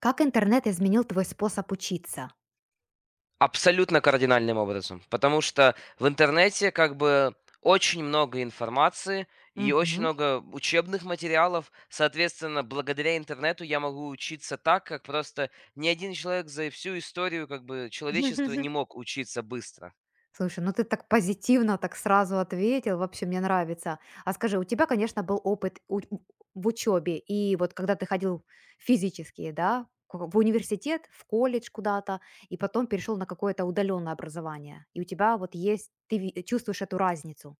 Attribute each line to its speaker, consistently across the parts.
Speaker 1: Как интернет изменил твой способ учиться?
Speaker 2: Абсолютно кардинальным образом, потому что в интернете как бы очень много информации и очень
Speaker 1: Мгм.
Speaker 2: много учебных материалов. Соответственно, благодаря интернету я могу учиться так, как просто ни один человек за всю историю как бы человечества не мог учиться быстро.
Speaker 1: Слушай, ну ты так позитивно, так сразу ответил, вообще мне нравится. А скажи, у тебя, конечно, был опыт в учебе, и вот когда ты ходил физически, да, в университет, в колледж куда-то, и потом перешел на какое-то удаленное образование, и у тебя вот есть, чувствуешь эту разницу.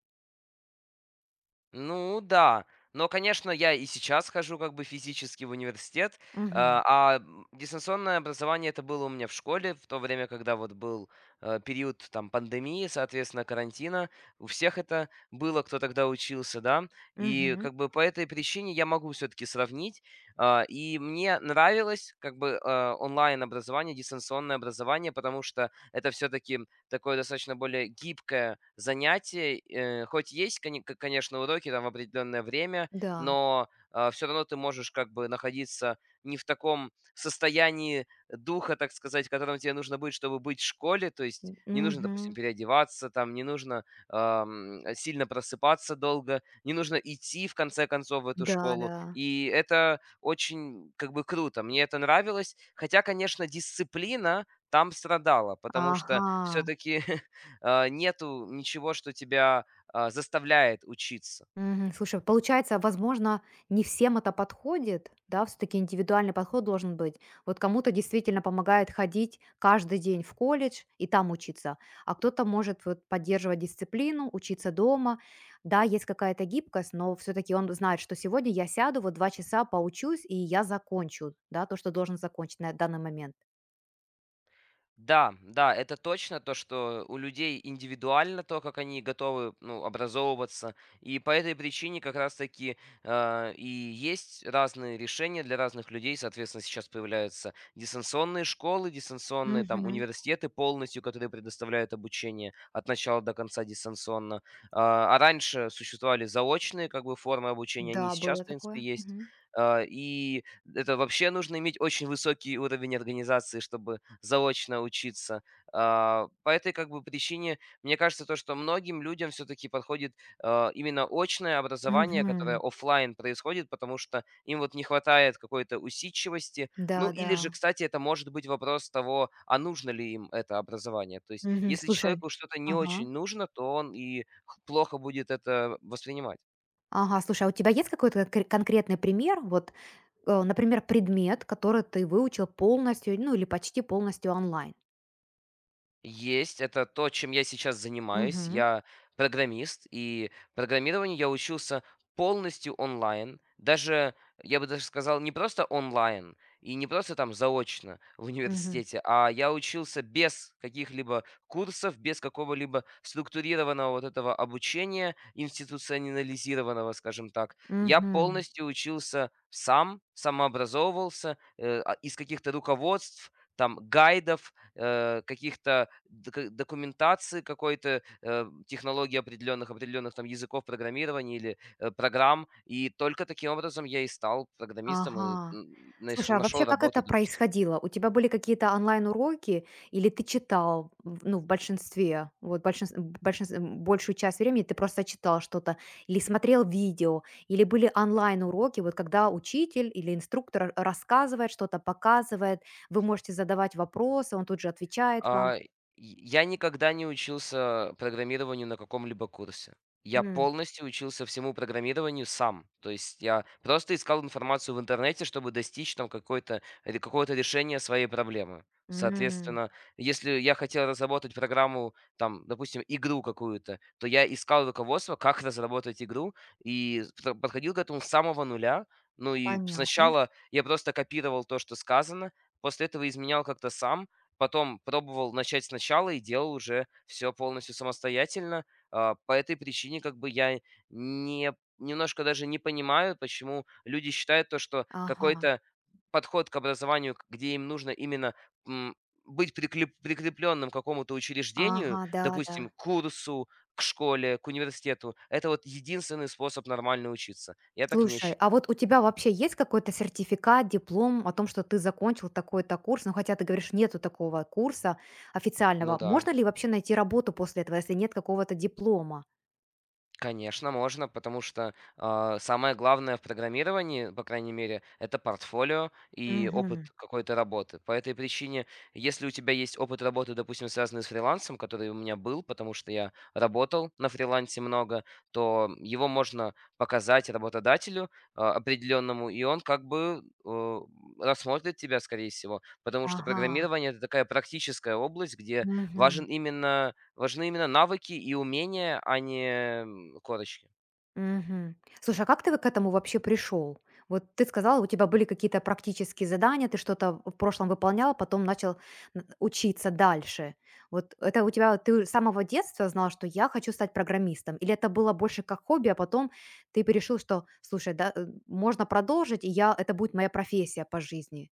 Speaker 2: Ну да, но, конечно, я и сейчас хожу как бы физически в университет.
Speaker 1: Мгм.
Speaker 2: Дистанционное образование это было у меня в школе в то время, когда вот был период там пандемии, соответственно, карантина. У всех это было, кто тогда учился, да. И
Speaker 1: Мгм.
Speaker 2: как бы по этой причине я могу все-таки сравнить. И мне нравилось как бы онлайн образование, дистанционное образование, потому что это все-таки такое достаточно более гибкое занятие. Хоть есть, конечно, уроки там в определенное время,
Speaker 1: Да.
Speaker 2: но все равно ты можешь как бы находиться не в таком состоянии духа, так сказать, в котором тебе нужно быть, чтобы быть в школе. То есть не нужно, допустим,
Speaker 1: Мгм.
Speaker 2: переодеваться, там не нужно сильно просыпаться долго, не нужно идти в конце концов в эту
Speaker 1: Да,
Speaker 2: школу.
Speaker 1: да.
Speaker 2: И это очень как бы круто. Мне это нравилось. Хотя, конечно, дисциплина, там страдала, потому что
Speaker 1: Ага.
Speaker 2: все-таки нету ничего, что тебя заставляет учиться.
Speaker 1: Мгм. Слушай, получается, возможно, не всем это подходит, да, все-таки индивидуальный подход должен быть. Вот кому-то действительно помогает ходить каждый день в колледж и там учиться, а кто-то может вот поддерживать дисциплину, учиться дома. Да, есть какая-то гибкость, но все-таки он знает, что сегодня я сяду, вот два часа поучусь, и я закончу, да, то, что должен закончить на данный момент.
Speaker 2: Да, да, это точно то, что у людей индивидуально то, как они готовы, ну, образовываться. И по этой причине как раз-таки и есть разные решения для разных людей. Соответственно, сейчас появляются дистанционные школы, дистанционные там
Speaker 1: Мгм.
Speaker 2: университеты полностью, которые предоставляют обучение от начала до конца дистанционно. А раньше существовали заочные как бы формы обучения, они и
Speaker 1: Да,
Speaker 2: сейчас,
Speaker 1: было
Speaker 2: в принципе,
Speaker 1: такое.
Speaker 2: есть.
Speaker 1: Мгм.
Speaker 2: И это вообще нужно иметь очень высокий уровень организации, чтобы заочно учиться. По этой как бы причине, мне кажется, то, что многим людям все-таки подходит именно очное образование, которое
Speaker 1: Мгм.
Speaker 2: оффлайн происходит, потому что им вот не хватает какой-то усидчивости.
Speaker 1: Да,
Speaker 2: Ну
Speaker 1: да.
Speaker 2: или же, кстати, это может быть вопрос того, а нужно ли им это образование. То есть,
Speaker 1: Мгм.
Speaker 2: если
Speaker 1: Слушай.
Speaker 2: человеку что-то не
Speaker 1: Ага.
Speaker 2: очень нужно, то он и плохо будет это воспринимать.
Speaker 1: Ага, слушай, а у тебя есть какой-то конкретный пример? Вот, например, предмет, который ты выучил полностью, ну или почти полностью онлайн?
Speaker 2: Есть, это то, чем я сейчас занимаюсь.
Speaker 1: Мгм.
Speaker 2: Я программист, и программированию я учился полностью онлайн. Даже, я бы даже сказал, не просто онлайн, и не просто там заочно в
Speaker 1: Мгм.
Speaker 2: университете, а я учился без каких-либо курсов, без какого-либо структурированного вот этого обучения, институционализированного, скажем так. Я
Speaker 1: Мгм.
Speaker 2: полностью учился сам, самообразовывался из каких-то руководств, там, гайдов, каких-то дока документации какой-то, технологий определенных, определенных там языков программирования или, программ. И только таким образом я и стал программистом и,
Speaker 1: Ага.
Speaker 2: наш
Speaker 1: Слушай, а
Speaker 2: нашел
Speaker 1: вообще как это
Speaker 2: работу, допустим.
Speaker 1: происходило? У тебя были какие-то онлайн-уроки или ты читал, в- ну, в большинстве, вот большую часть времени ты просто читал что-то, или смотрел видео, или были онлайн-уроки, вот когда учитель или инструктор рассказывает что-то, показывает, вы можете задавать вопросы, он тут же отвечает вам.
Speaker 2: И я никогда не учился программированию на каком-либо курсе. Я
Speaker 1: М,
Speaker 2: полностью учился всему программированию сам. То есть я просто искал информацию в интернете, чтобы достичь там какой-то ре какого-то решения своей проблемы.
Speaker 1: м,
Speaker 2: Соответственно, если я хотел разработать программу, там, допустим, игру какую-то, то я искал руководство, как разработать игру, и пр подходил к этому с самого нуля. Ну и
Speaker 1: Понятно.
Speaker 2: сначала я просто копировал то, что сказано, после этого изменял как-то сам. Потом пробовал начать сначала и делал уже все полностью самостоятельно. По этой причине как бы я не немножко даже не понимаю, почему люди считают то, что
Speaker 1: Ага,
Speaker 2: какой-то подход к образованию, к где им нужно именно, м, быть приклеп прикреплённым к какому-то
Speaker 1: ага,
Speaker 2: учреждению,
Speaker 1: да, да.
Speaker 2: допустим, к курсу, к школе, к университету. Это вот единственный способ нормально учиться. Я так не
Speaker 1: Слушай, а
Speaker 2: считаю.
Speaker 1: вот у тебя вообще есть какой-то сертификат, диплом о том, что ты закончил такой-то курс? Но хотя ты говоришь, нету такого курса официального.
Speaker 2: Ну да.
Speaker 1: Можно ли вообще найти работу после этого, если нет какого-то диплома?
Speaker 2: Конечно, можно, потому что, самое главное в программировании, по крайней мере, это портфолио и
Speaker 1: Мгм.
Speaker 2: опыт какой-то работы. По этой причине, если у тебя есть опыт работы, допустим, связанный с фрилансом, который у меня был, потому что я работал на фрилансе много, то его можно показать работодателю определенному, и он как бы э, рассмотрит тебя, скорее всего, потому что
Speaker 1: Ага.
Speaker 2: программирование это такая практическая область, где
Speaker 1: Мгм.
Speaker 2: важен именно Важны именно навыки и умения, а не, корочки.
Speaker 1: Мгм. Слушай, а как ты вот к этому вообще пришел? Вот ты сказала, у тебя были какие-то практические задания, ты что-то в прошлом выполняла, потом начал учиться дальше. Вот это у тебя, ты с самого детства знал, что я хочу стать программистом? Или это было больше как хобби, а потом ты решил, что, слушай, да, можно продолжить, и я, это будет моя профессия по жизни?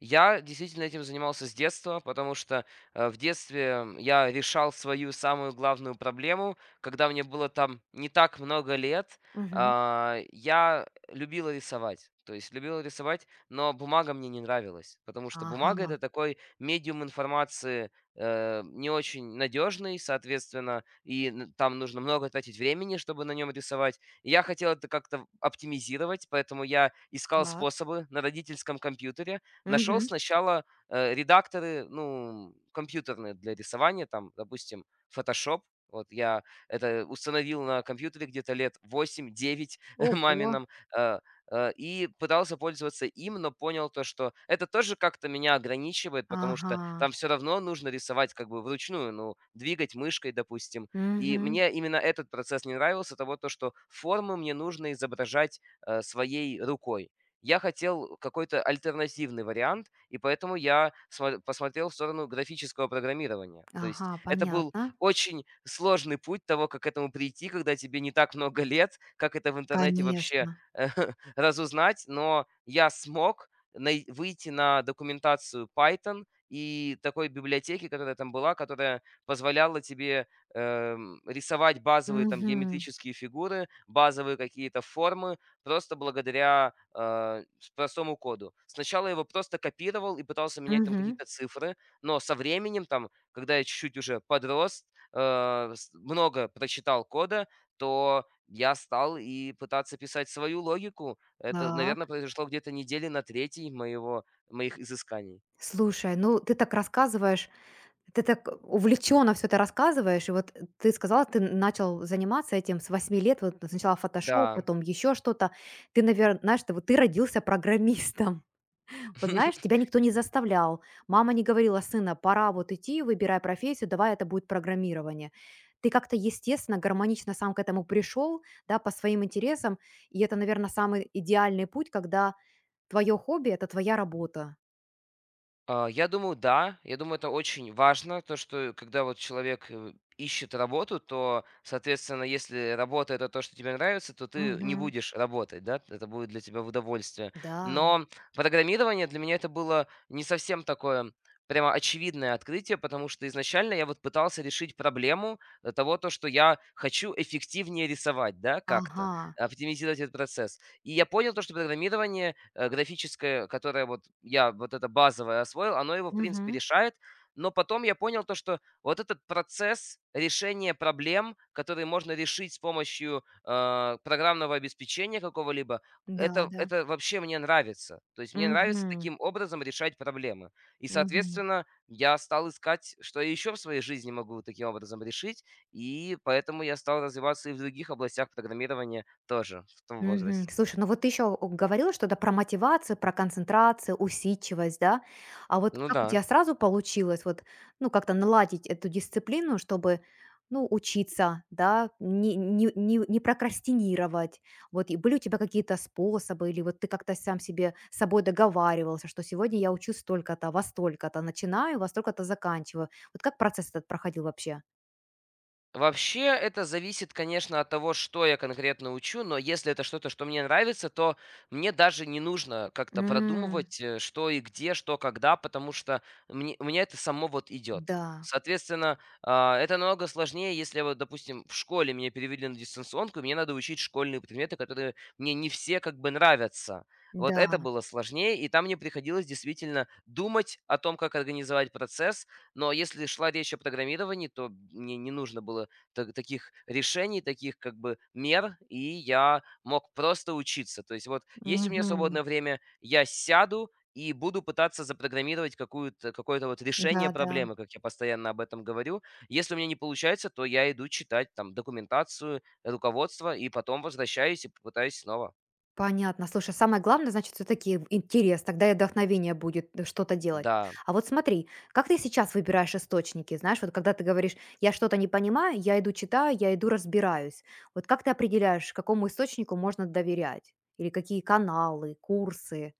Speaker 2: Я действительно этим занимался с детства, потому что в детстве я решал свою самую главную проблему, когда мне было там не так много лет.
Speaker 1: Мгм.
Speaker 2: Я любил рисовать. То есть любил рисовать, но бумага мне не нравилась, потому что бумага
Speaker 1: Ага,
Speaker 2: это такой медиум информации, не очень надежный, соответственно, и там нужно много тратить времени, чтобы на нем рисовать. И я хотел это как-то оптимизировать, поэтому я искал
Speaker 1: так.
Speaker 2: способы на родительском компьютере. Нашел
Speaker 1: Мгм.
Speaker 2: сначала, редакторы, ну, компьютерные для рисования, там, допустим, Photoshop. Вот я это установил на компьютере где-то лет восемь-девять
Speaker 1: Ого.
Speaker 2: мамином, э, и пытался пользоваться им, но понял то, что это тоже как-то меня ограничивает, потому что
Speaker 1: Ага.
Speaker 2: там все равно нужно рисовать как бы вручную, ну, двигать мышкой, допустим. И
Speaker 1: Мгм.
Speaker 2: мне именно этот процесс не нравился, того, то, что формы мне нужно изображать своей рукой. Я хотел какой-то альтернативный вариант, и поэтому я посмотрел в сторону графического программирования. То
Speaker 1: Ага,
Speaker 2: есть это был
Speaker 1: понятно.
Speaker 2: очень сложный путь того, как к этому прийти, когда тебе не так много лет, как это в интернете вообще
Speaker 1: Конечно.
Speaker 2: э, разузнать, но я смог выйти на документацию Python и такой библиотеки, которая там была, которая позволяла тебе, рисовать базовые там
Speaker 1: Мгм.
Speaker 2: геометрические фигуры, базовые какие-то формы, просто благодаря а, с простому коду. Сначала я его просто копировал и пытался менять там
Speaker 1: Мгм.
Speaker 2: какие-то цифры, но со временем, там, когда я чуть-чуть уже подрос, а, с много прочитал кода, то я стал и пытаться писать свою логику. Это, наверное,
Speaker 1: Так.
Speaker 2: произошло где-то недели на 3 моего моих изысканий.
Speaker 1: Слушай, ну ты так рассказываешь, ты так увлеченно все это рассказываешь. И вот ты сказала, ты начал заниматься этим с восьми лет. Вот сначала фотошоп,
Speaker 2: Да.
Speaker 1: потом еще что-то. Ты, навер знаешь, ты вот ты родился программистом. Вот знаешь, тебя никто не заставлял. Мама не говорила: "Сына, пора вот идти, выбирай профессию, давай это будет программирование". Ты как-то естественно, гармонично сам к этому пришел, да, по своим интересам. И это, наверно, самый идеальный путь, когда твое хобби- это твоя работа.
Speaker 2: Я думаю, да. Я думаю, это очень важно, то, что когда вот человек, ищет работу, то, соответственно, если работа- это то, что тебе нравится, то ты не
Speaker 1: Мгм.
Speaker 2: будешь работать, да, это будет для тебя в удовольствие.
Speaker 1: Да.
Speaker 2: Но программирование для меня это было не совсем такое прямо очевидное открытие, потому что изначально я вот пытался решить проблему, того, то, что я хочу эффективнее рисовать, да, как-то,
Speaker 1: Ага.
Speaker 2: оптимизировать этот процесс. И я понял то, что программирование, графическое, которое вот я вот это базовое освоил, оно его, в принципе,
Speaker 1: Мгм.
Speaker 2: решает. Но потом я понял то, что вот этот процесс решения проблем, которые можно решить с помощью, программного обеспечения какого-либо,
Speaker 1: Да,
Speaker 2: это,
Speaker 1: да.
Speaker 2: это вообще мне нравится. То есть мне нравится
Speaker 1: Мгм.
Speaker 2: таким образом решать проблемы. И,
Speaker 1: Мгм.
Speaker 2: соответственно, я стал искать, что я еще в своей жизни могу вот таким образом решить. И поэтому я стал развиваться и в других областях программирования тоже в том
Speaker 1: Мгм.
Speaker 2: возрасте.
Speaker 1: Слушай, ну вот ты еще говорила что-то про мотивацию, про концентрацию, усидчивость, да? А вот
Speaker 2: Ну
Speaker 1: как у
Speaker 2: да.
Speaker 1: тебя сразу получилось вот, ну, как-то наладить эту дисциплину, чтобы, ну, учиться, да, не прокрастинировать? Вот и были у тебя какие-то способы, или вот ты как-то сам себе с собой договаривался, что сегодня я учусь столько-то, во столько-то начинаю, во столько-то заканчиваю. Вот как процесс этот проходил вообще?
Speaker 2: Вообще, это зависит, конечно, от того, что я конкретно учу, но если это что-то, что мне нравится, то мне даже не нужно как-то
Speaker 1: М,
Speaker 2: продумывать, что и где, что когда, потому что у меня это само вот идет.
Speaker 1: Да,
Speaker 2: Соответственно, это намного сложнее, если вот, допустим, в школе меня перевели на дистанционку, и мне надо учить школьные предметы, которые мне не все как бы нравятся. Вот это
Speaker 1: да,
Speaker 2: было сложнее, и там мне приходилось действительно думать о том, как организовать процесс, но если шла речь о программировании, то мне не нужно было таких решений, таких как бы мер, и я мог просто учиться. То есть вот есть у меня
Speaker 1: мгм,
Speaker 2: свободное время, я сяду и буду пытаться запрограммировать какое-то вот
Speaker 1: да,
Speaker 2: решение
Speaker 1: да.
Speaker 2: проблемы, как я постоянно об этом говорю. Если у меня не получается, то я иду читать там документацию, руководство, и потом возвращаюсь и пытаюсь снова.
Speaker 1: Понятно. Слушай, самое главное, значит, все таки интерес, тогда и вдохновение будет что-то делать.
Speaker 2: Да.
Speaker 1: А вот смотри, как ты сейчас выбираешь источники? Знаешь, вот когда ты говоришь: "Я что-то не понимаю, я иду читаю, я иду разбираюсь". Вот как ты определяешь, какому источнику можно доверять? Или какие каналы, курсы?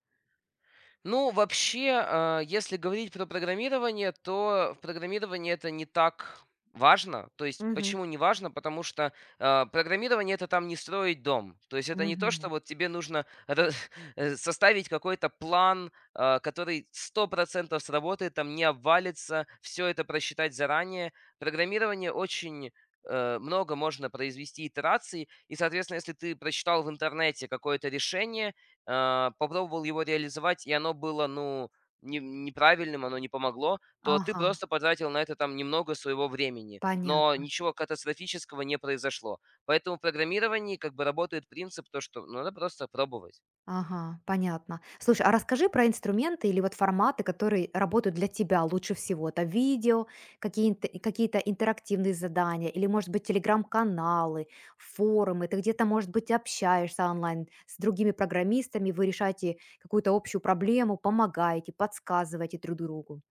Speaker 2: Ну, вообще, если говорить про программирование, то в программировании это не так важно. То есть,
Speaker 1: Мгм,
Speaker 2: почему не важно? Потому что, программирование это там не строить дом. То есть, это не то, что
Speaker 1: мгм.
Speaker 2: вот тебе нужно составить какой-то план, который 100% сработает, там не обвалится, все это просчитать заранее. Программирование очень, много можно произвести итераций, и, соответственно, если ты прочитал в интернете какое-то решение, попробовал его реализовать, и оно было, ну, неправильным, оно не помогло, то ты
Speaker 1: Ага,
Speaker 2: просто потратил на это там немного своего времени, но
Speaker 1: понятно.
Speaker 2: ничего катастрофического не произошло. Поэтому в программировании как бы работает принцип то, что, ну, надо просто пробовать.
Speaker 1: Ага, понятно. Слушай, а расскажи про инструменты или вот форматы, которые работают для тебя лучше всего. Это видео, какие-то интерактивные задания, или, может быть, телеграм-каналы, форумы. Ты где-то, может быть, общаешься онлайн с другими программистами, вы решаете какую-то общую проблему, помогаете, подсказываете друг другу.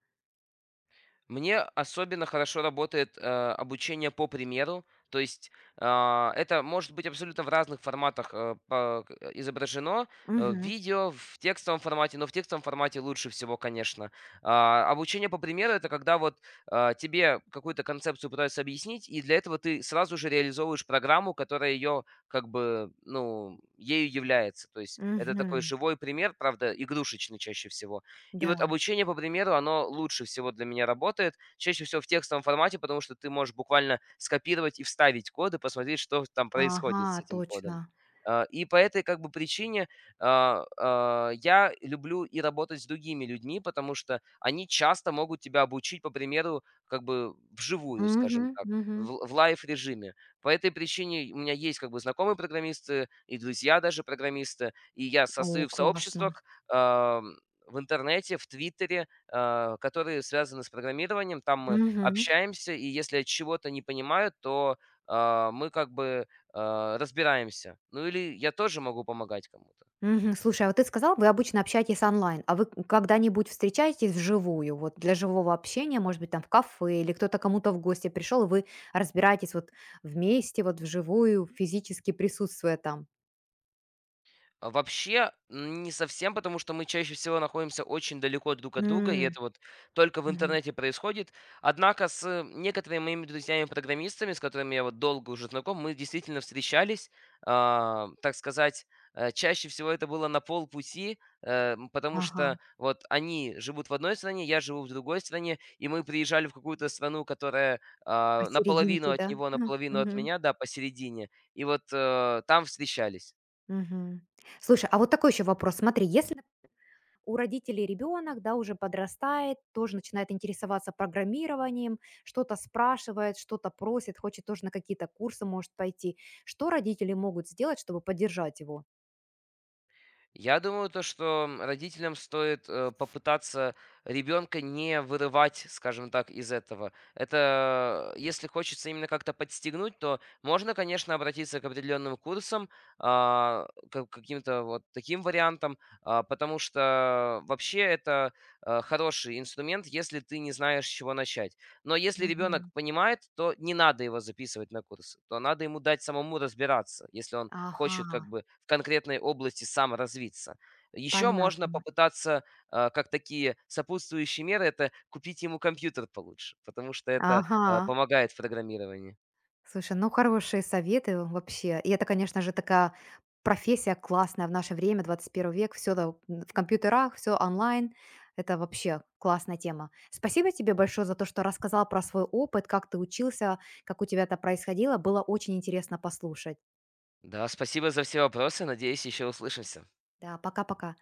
Speaker 2: Мне особенно хорошо работает, обучение по примеру. То есть, это может быть абсолютно в разных форматах, изображено, в
Speaker 1: Угу,
Speaker 2: видео, в текстовом формате, но в текстовом формате лучше всего, конечно. Обучение по примеру- это когда вот, тебе какую-то концепцию пытаются объяснить, и для этого ты сразу же реализовываешь программу, которая ее как бы, ну, ею является. То есть это такой
Speaker 1: угу,
Speaker 2: живой пример, правда, игрушечный чаще всего, и вот
Speaker 1: да.
Speaker 2: обучение по примеру, оно лучше всего для меня работает, чаще всего в текстовом формате, потому что ты можешь буквально скопировать и вставить коды, посмотреть, что там происходит с
Speaker 1: Ага,
Speaker 2: этим
Speaker 1: точно.
Speaker 2: кодом. И по этой как бы причине, я люблю и работать с другими людьми, потому что они часто могут тебя обучить, по примеру, как бы вживую,
Speaker 1: Угу,
Speaker 2: скажем так,
Speaker 1: угу.
Speaker 2: в лайв-режиме. По этой причине у меня есть как бы знакомые программисты и друзья даже программисты, и я
Speaker 1: О,
Speaker 2: состою в
Speaker 1: классно.
Speaker 2: сообществах, а, в интернете, в Твиттере, которые связаны с программированием. Там мы
Speaker 1: Угу.
Speaker 2: общаемся, и если я чего-то не понимаю, то, мы как бы, разбираемся. Ну или я тоже могу помогать кому-то.
Speaker 1: Мгм. Слушай, а вот ты сказал, вы обычно общаетесь онлайн, а вы когда-нибудь встречаетесь вживую? Вот для живого общения, может быть, там в кафе или кто-то кому-то в гости пришел, и вы разбираетесь вот вместе, вот вживую, физически присутствуя там.
Speaker 2: Вообще, не совсем, потому что мы чаще всего находимся очень далеко друг от друга, и
Speaker 1: М,
Speaker 2: это вот только в
Speaker 1: мгм.
Speaker 2: интернете происходит. Однако с некоторыми моими друзьями-программистами, с которыми я вот долго уже знаком, мы действительно встречались, так сказать, чаще всего это было на полпути, потому
Speaker 1: Ага,
Speaker 2: что вот они живут в одной стране, я живу в другой стране, и мы приезжали в какую-то страну, которая, наполовину
Speaker 1: посерединке, да?
Speaker 2: от него, наполовину от
Speaker 1: Мгм,
Speaker 2: меня, да, посередине, и вот там встречались.
Speaker 1: мгм. Слушай, а вот такой еще вопрос. Смотри, если у родителей ребенок, да, уже подрастает, тоже начинает интересоваться программированием, что-то спрашивает, что-то просит, хочет тоже на какие-то курсы может пойти. Что родители могут сделать, чтобы поддержать его?
Speaker 2: Я думаю, то, что родителям стоит, попытаться ребенка не вырывать, скажем так, из этого. Это, если хочется именно как-то подстегнуть, то можно, конечно, обратиться к определенным курсам, к каким-то вот таким вариантам, потому что вообще это, хороший инструмент, если ты не знаешь, с чего начать. Но если ребенок
Speaker 1: Мгм.
Speaker 2: понимает, то не надо его записывать на курсы, то надо ему дать самому разбираться, если он хочет
Speaker 1: Ага,
Speaker 2: как бы в конкретной области сам развиться. Еще можно
Speaker 1: понятно.
Speaker 2: попытаться, как такие сопутствующие меры, это купить ему компьютер получше, потому что это,
Speaker 1: Ага,
Speaker 2: помогает в программировании.
Speaker 1: слушай, ну хорошие советы вообще. И это, конечно же, такая профессия классная в наше время, 21-й век. Все в компьютерах, все онлайн. Это вообще классная тема. Спасибо тебе большое за то, что рассказал про свой опыт, как ты учился, как у тебя это происходило. Было очень интересно послушать.
Speaker 2: Да, спасибо за все вопросы, надеюсь, еще услышимся.
Speaker 1: Да, пока-пока.